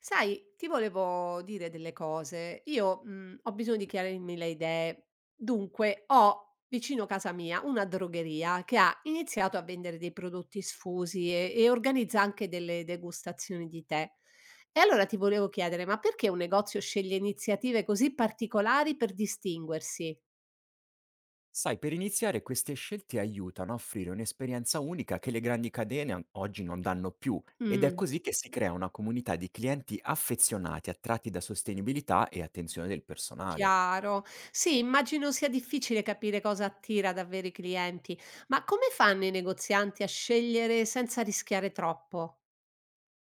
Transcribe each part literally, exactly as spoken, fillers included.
Sai, ti volevo dire delle cose. Io, mhmm, ho bisogno di chiarirmi le idee. Dunque, ho vicino casa mia una drogheria che ha iniziato a vendere dei prodotti sfusi e e organizza anche delle degustazioni di tè. E allora ti volevo chiedere: ma perché un negozio sceglie iniziative così particolari per distinguersi? Sai, per iniziare queste scelte aiutano a offrire un'esperienza unica che le grandi catene an- oggi non danno più ed è Mh. così che si crea una comunità di clienti affezionati, attratti da sostenibilità e attenzione del personale. Chiaro. Sì, immagino sia difficile capire cosa attira davvero i clienti, ma come fanno i negozianti a scegliere senza rischiare troppo?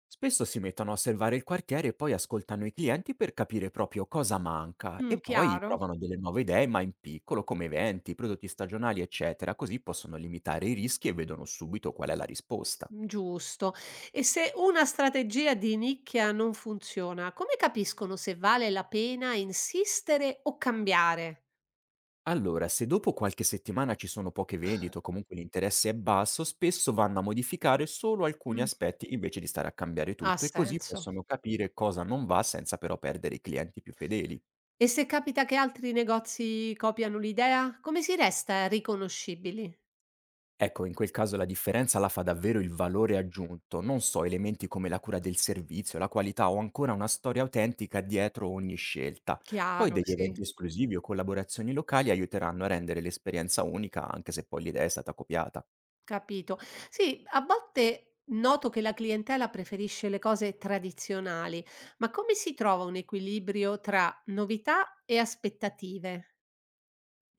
Spesso si mettono a osservare il quartiere e poi ascoltano i clienti per capire proprio cosa manca Mm, e poi chiaro? provano delle nuove idee, ma in piccolo, come eventi, prodotti stagionali, eccetera, così possono limitare i rischi e vedono subito qual è la risposta. Mm, giusto. E se una strategia di nicchia non funziona, come capiscono se vale la pena insistere o cambiare? Allora, se dopo qualche settimana ci sono poche vendite o comunque l'interesse è basso, spesso vanno a modificare solo alcuni Mm, aspetti invece di stare a cambiare ha tutto e così senso. possono capire cosa non va senza però perdere i clienti più fedeli. E se capita che altri negozi copiano l'idea, come si resta riconoscibili? Ecco, in quel caso la differenza la fa davvero il valore aggiunto, non so, elementi come la cura del servizio, la qualità o ancora una storia autentica dietro ogni scelta. Poi Chiaro, degli sì. eventi esclusivi o collaborazioni locali aiuteranno a rendere l'esperienza unica anche se poi l'idea è stata copiata. Capito. Sì, a volte noto che la clientela preferisce le cose tradizionali, ma come si trova un equilibrio tra novità e aspettative?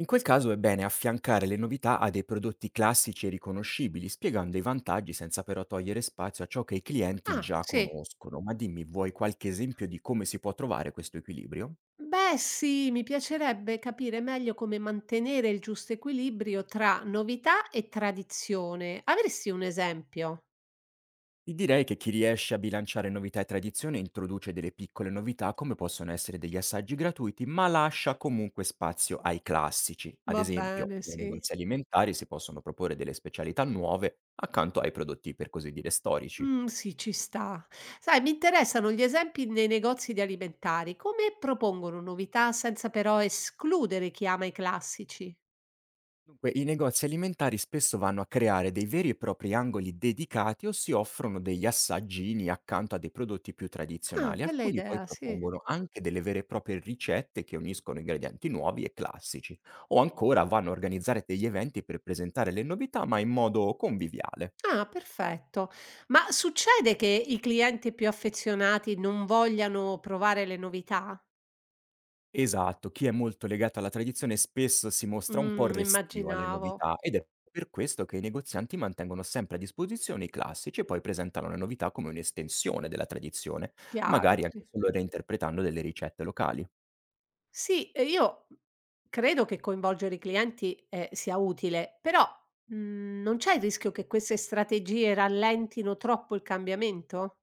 In quel caso è bene affiancare le novità a dei prodotti classici e riconoscibili, spiegando i vantaggi senza però togliere spazio a ciò che i clienti Ah, già sì. conoscono. Ma dimmi, vuoi qualche esempio di come si può trovare questo equilibrio? Beh, sì, mi piacerebbe capire meglio come mantenere il giusto equilibrio tra novità e tradizione. Avresti un esempio? Ti direi che chi riesce a bilanciare novità e tradizione introduce delle piccole novità come possono essere degli assaggi gratuiti, ma lascia comunque spazio ai classici. Ad Va esempio, bene, nei sì. negozi alimentari si possono proporre delle specialità nuove accanto ai prodotti per così dire storici. Mhmm, sì, ci sta. Sai, mi interessano gli esempi nei negozi di alimentari. Come propongono novità senza però escludere chi ama i classici? Dunque, i negozi alimentari spesso vanno a creare dei veri e propri angoli dedicati o si offrono degli assaggini accanto a dei prodotti più Ah, tradizionali. bella Alcuni poi idea, sì. propongono anche delle vere e proprie ricette che uniscono ingredienti nuovi e classici, o ancora vanno a organizzare degli eventi per presentare le novità, ma in modo conviviale. Ah, perfetto. Ma succede che i clienti più affezionati non vogliano provare le novità? Esatto, chi è molto legato alla tradizione spesso si mostra un po' Mh, restio alle immaginavo. novità ed è per questo che i negozianti mantengono sempre a disposizione i classici e poi presentano le novità come un'estensione della tradizione, Chiaro, magari anche sì. solo reinterpretando delle ricette locali. Sì, e io, mhmm, credo che coinvolgere i clienti, ehm, sia utile, però, mhmm, non c'è il rischio che queste strategie rallentino troppo il cambiamento?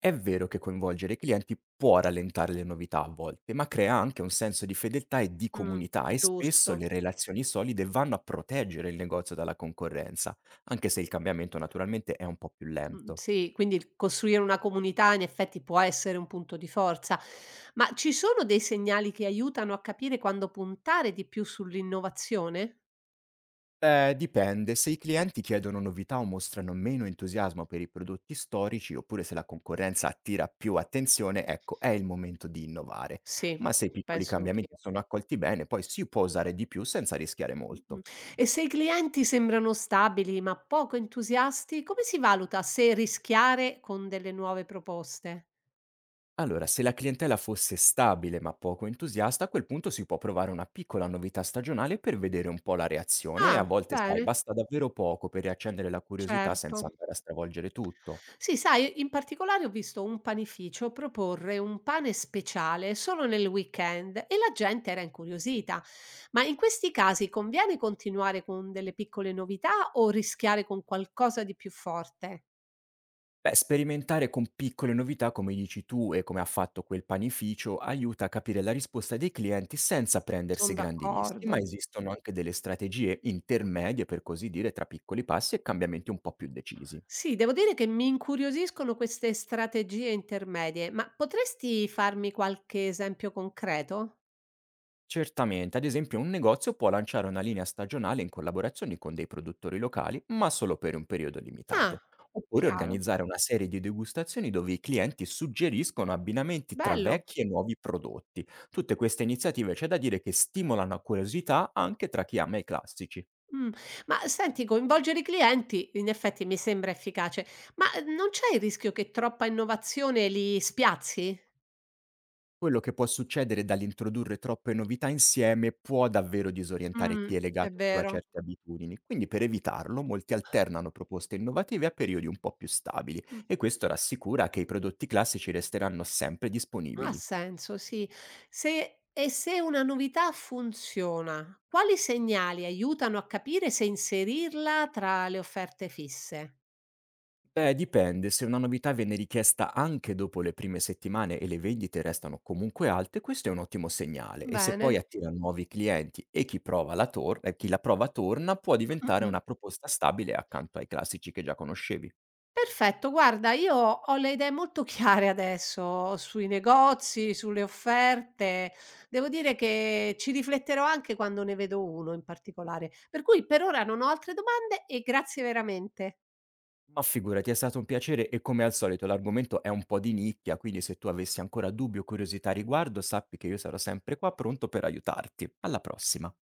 È vero che coinvolgere i clienti può rallentare le novità a volte, ma crea anche un senso di fedeltà e di Mh, comunità e spesso giusto. le relazioni solide vanno a proteggere il negozio dalla concorrenza, anche se il cambiamento naturalmente è un po' più Mh, lento. sì, quindi il costruire una comunità in effetti può essere un punto di forza. Ma ci sono dei segnali che aiutano a capire quando puntare di più sull'innovazione? Ehm, dipende. Se i clienti chiedono novità o mostrano meno entusiasmo per i prodotti storici, oppure se la concorrenza attira più attenzione, ecco, è il momento di innovare. Sì, Ma se i piccoli penso cambiamenti anch'io. sono accolti bene, poi si può usare di più senza rischiare Mh-mh. molto. E se i clienti sembrano stabili ma poco entusiasti, come si valuta se rischiare con delle nuove proposte? Allora, se la clientela fosse stabile ma poco entusiasta, a quel punto si può provare una piccola novità stagionale per vedere un po' la reazione e Ah, a volte, sai, bene, basta davvero poco per riaccendere la curiosità senza certo. andare a stravolgere tutto. Sì, sai, in particolare ho visto un panificio proporre un pane speciale solo nel weekend e la gente era incuriosita. Ma in questi casi conviene continuare con delle piccole novità o rischiare con qualcosa di più forte? Beh, sperimentare con piccole novità, come dici tu e come ha fatto quel panificio, aiuta a capire la risposta dei clienti senza prendersi Sono grandi rischi, ma d'accordo. esistono anche delle strategie intermedie, per così dire, tra piccoli passi e cambiamenti un po' più decisi. Sì, devo dire che mi incuriosiscono queste strategie intermedie, ma potresti farmi qualche esempio concreto? Certamente, ad esempio un negozio può lanciare una linea stagionale in collaborazione con dei produttori locali, ma solo per un periodo Ah, limitato, oppure chiaro, organizzare una serie di degustazioni dove i clienti suggeriscono abbinamenti tra bello. vecchi e nuovi prodotti. Tutte queste iniziative c'è da dire che stimolano la curiosità anche tra chi ama i classici. Mm. Ma senti, coinvolgere i clienti in effetti mi sembra efficace, ma eh, non c'è il rischio che troppa innovazione li spiazzi? Quello che può succedere dall'introdurre troppe novità insieme può davvero disorientare Mm, chi è è legato più a vero. certe abitudini, quindi per evitarlo molti alternano proposte innovative a periodi un po' più stabili Mm, e questo rassicura che i prodotti classici resteranno sempre ha disponibili. senso, sì. Se- e se una novità funziona, quali segnali aiutano a capire se inserirla tra le offerte fisse? Beh, dipende, se una novità viene richiesta anche dopo le prime settimane e le vendite restano comunque alte, questo è un ottimo segnale e se poi Bene. attira nuovi clienti e chi, prova la tor- eh, chi la prova torna può diventare Mh-mh-mh. una proposta stabile accanto ai classici che già conoscevi. Perfetto, guarda io ho le idee molto chiare adesso sui negozi, sulle offerte. Devo dire che ci rifletterò anche quando ne vedo uno in particolare. Per cui per ora non ho altre domande e grazie veramente. Ma figurati, è stato un piacere e come al solito l'argomento è un po' di nicchia, quindi se tu avessi ancora dubbi o curiosità a riguardo, sappi che io sarò sempre qua pronto per aiutarti. Alla prossima.